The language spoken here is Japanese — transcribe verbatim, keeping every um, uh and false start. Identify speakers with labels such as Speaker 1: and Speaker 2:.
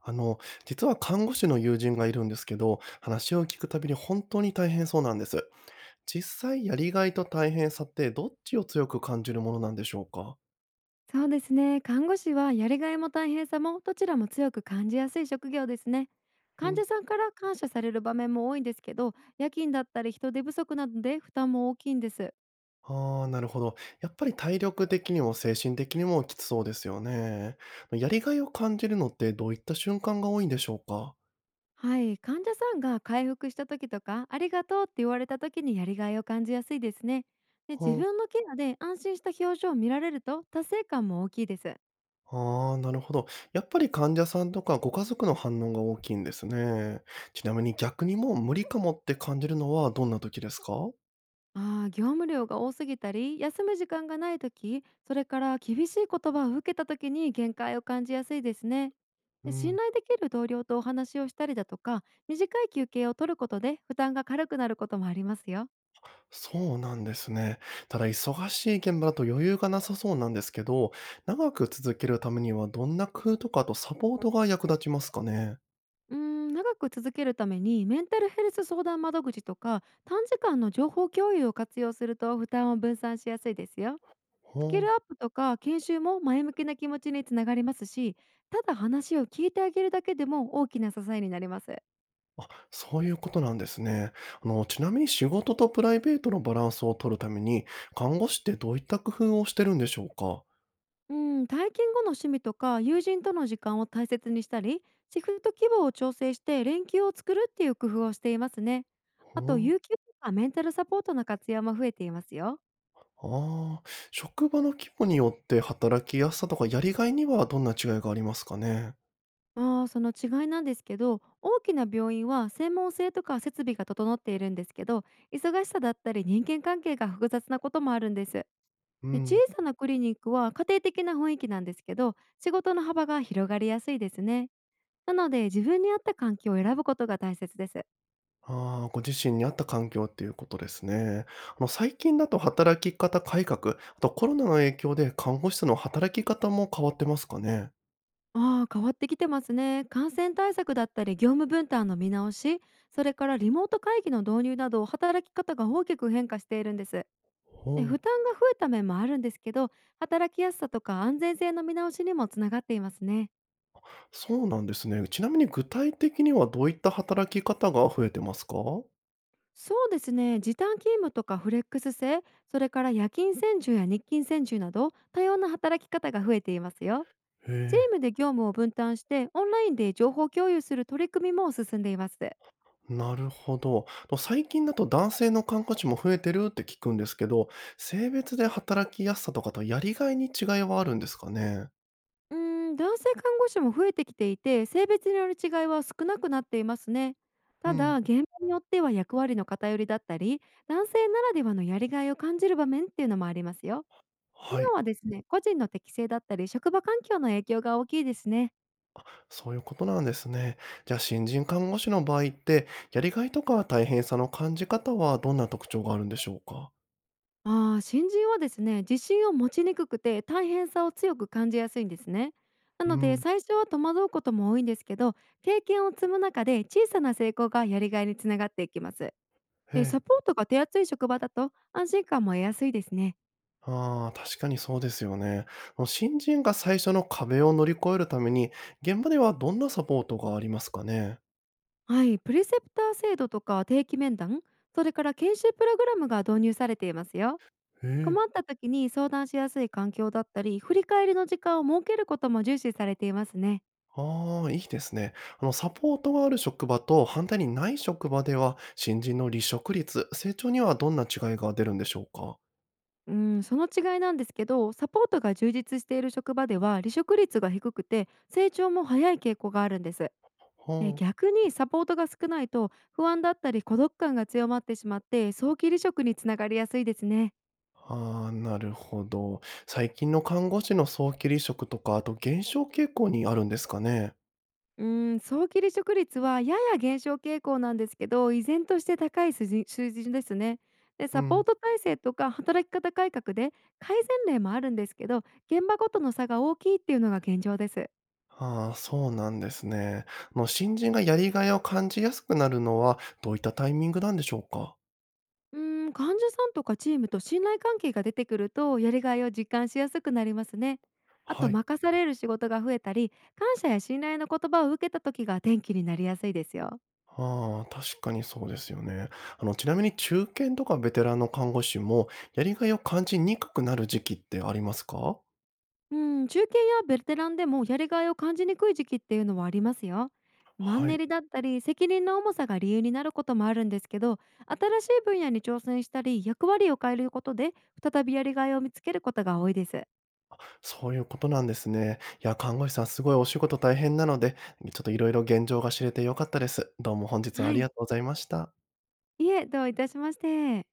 Speaker 1: あの、実は看護師の友人がいるんですけど、話を聞くたびに本当に大変そうなんです。実際、やりがいと大変さってどっちを強く感じるものなんでしょうか？
Speaker 2: そうですね。看護師はやりがいも大変さもどちらも強く感じやすい職業ですね。
Speaker 1: う
Speaker 2: 患
Speaker 1: ん。
Speaker 2: 者さんから感謝される場面も多いんですけど、夜勤だったり人手不足などで負担も大きいんです。
Speaker 1: ああ、なるほど。やっぱり体力的にも精神的にもきつそうですよね。やりがいを感じるのってどういった瞬間が多いんでしょうか？
Speaker 2: はい、患者さんが回復した時とか、ありがとうって言われた時にやりがいを感じやすいですね。で
Speaker 1: う
Speaker 2: 自
Speaker 1: ん。
Speaker 2: 分のケアで安心した表情を見られると達成感も大きいです。
Speaker 1: ああ、なるほど。やっぱり患者さんとかご家族の反応が大きいんですね。ちなみに逆にもう無理かもって感じるのはどんな時ですか？
Speaker 2: ああ、業務量が多すぎたり、休む時間がない時、それから厳しい言葉を受けた時に限界を感じやすいですね。
Speaker 1: う
Speaker 2: で
Speaker 1: ん。
Speaker 2: 信頼できる同僚とお話をしたりだとか、短い休憩を取ることで負担が軽くなることもありますよ。
Speaker 1: そうなんですね。ただ忙しい現場だと余裕がなさそうなんですけど、長く続けるためにはどんな工夫とかあとサポートが役立ちますかね。
Speaker 2: うーん、長く続けるためにメンタルヘルス相談窓口とか短時間の情報共有を活用すると負担を分散しやすいですよ。スキ
Speaker 1: ほ
Speaker 2: ル
Speaker 1: う。
Speaker 2: アップとか研修も前向きな気持ちにつながりますし、ただ話を聞いてあげるだけでも大きな支えになります。
Speaker 1: あ、そういうことなんですね。あの、ちなみに仕事とプライベートのバランスを取るために、看護師ってどういった工夫をしてるんでしょうか。
Speaker 2: うん、体験後の趣味とか友人との時間を大切にしたりシフト規模を調整して連休を作るっていう工夫をしていますね。あ
Speaker 1: ほ
Speaker 2: と
Speaker 1: う。
Speaker 2: 有給とかメンタルサポートの活用も増えていますよ。
Speaker 1: ああ、職場の規模によって働きやすさとかやりがいにはどんな違いがありますかね。
Speaker 2: あーその違いなんですけど、大きな病院は専門性とか設備が整っているんですけど、忙しさだったり人間関係が複雑なこともあるんです。
Speaker 1: う
Speaker 2: で小
Speaker 1: ん。
Speaker 2: さなクリニックは家庭的な雰囲気なんですけど、仕事の幅が広がりやすいですね。なので自分に合った環境を選ぶことが大切です。
Speaker 1: ああ、ご自身に合った環境っていうことですね。あの、最近だと働き方改革、あとコロナの影響で看護師の働き方も変わってますかね。
Speaker 2: ああ、変わってきてますね。感染対策だったり業務分担の見直し、それからリモート会議の導入など働き方が大きく変化しているんです。
Speaker 1: ほ
Speaker 2: で
Speaker 1: う、
Speaker 2: 負担が増えた面もあるんですけど、働きやすさとか安全性の見直しにもつながっていますね。
Speaker 1: そうなんですね。ちなみに具体的にはどういった働き方が増えてますか？
Speaker 2: そうですね。時短勤務とかフレックス制、それから夜勤専従や日勤専従など多様な働き方が増えていますよ。
Speaker 1: へ
Speaker 2: チームで業務を分担してオンラインで情報共有する取り組みも進んでいます。
Speaker 1: え、なるほど。と最近だと男性の看護師も増えてるって聞くんですけど、性別で働きやすさとかとやりがいに違いはあるんですかね？
Speaker 2: うーん、男性看護師も増えてきていて、性別による違いは少なくなっていますね。
Speaker 1: う
Speaker 2: ただ、
Speaker 1: ん、
Speaker 2: 現場によっては役割の偏りだったり、男性ならではのやりがいを感じる場面っていうのもありますよ。今
Speaker 1: はい。
Speaker 2: はですね、個人の適性だったり、職場環境の影響が大きいですね。
Speaker 1: あ、そういうことなんですね。じゃあ、新人看護師の場合って、やりがいとか大変さの感じ方はどんな特徴があるんでしょうか？
Speaker 2: ああ、新人はですね、自信を持ちにくくて大変さを強く感じやすいんですね。な
Speaker 1: う
Speaker 2: ので、
Speaker 1: ん。
Speaker 2: 最初は戸惑うことも多いんですけど、経験を積む中で小さな成功がやりがいにつながっていきます。
Speaker 1: え
Speaker 2: で、サ
Speaker 1: え。
Speaker 2: ポートが手厚い職場だと安心感も得やすいですね。
Speaker 1: ああ、確かにそうですよね。もう新人が最初の壁を乗り越えるために、現場ではどんなサポートがありますかね？
Speaker 2: はい、プレセプター制度とか定期面談、それから研修プログラムが導入されていますよ。
Speaker 1: へえ。
Speaker 2: 困った時に相談しやすい環境だったり、振り返りの時間を設けることも重視されていますね。
Speaker 1: ああ、いいですね。あの、サポートがある職場と反対にない職場では、新人の離職率、成長にはどんな違いが出るんでしょうか？
Speaker 2: うん、その違いなんですけど、サポートが充実している職場では離職率が低くて、成長も早い傾向があるんです。で
Speaker 1: はあ。
Speaker 2: 逆にサポートが少ないと不安だったり孤独感が強まってしまって早期離職につながりやすいですね。
Speaker 1: ああ、なるほど。最近の看護師の早期離職とか、あと減少傾向にあるんですかね。
Speaker 2: うーん、早期離職率はやや減少傾向なんですけど、依然として高い数字数字ですね。で、
Speaker 1: う
Speaker 2: サポー
Speaker 1: ん。
Speaker 2: ト体制とか働き方改革で改善例もあるんですけど、現場ごとの差が大きいっていうのが現状です。
Speaker 1: ああ、そうなんですね。あの、新人がやりがいを感じやすくなるのは、どういったタイミングなんでしょうか。
Speaker 2: うーん、患者さんとかチームと信頼関係が出てくると、やりがいを実感しやすくなりますね。あ
Speaker 1: は
Speaker 2: と、
Speaker 1: い。
Speaker 2: 任される仕事が増えたり、感謝や信頼の言葉を受けた時が転機になりやすいですよ。
Speaker 1: ああ、確かにそうですよね。あの、ちなみに中堅とかベテランの看護師も、やりがいを感じにくくなる時期ってありますか？
Speaker 2: うん、中堅やベテランでもやりがいを感じにくい時期っていうのはありますよ。マン
Speaker 1: は
Speaker 2: ネ
Speaker 1: い。
Speaker 2: リだったり責任の重さが理由になることもあるんですけど、新しい分野に挑戦したり役割を変えることで再びやりがいを見つけることが多いです。
Speaker 1: そういうことなんですね。いや、看護師さんすごいお仕事大変なので、ちょっといろいろ現状が知れてよかったです。どうも本日はあ
Speaker 2: は
Speaker 1: りが
Speaker 2: い。
Speaker 1: とうございました。
Speaker 2: いえ、どういたしまして。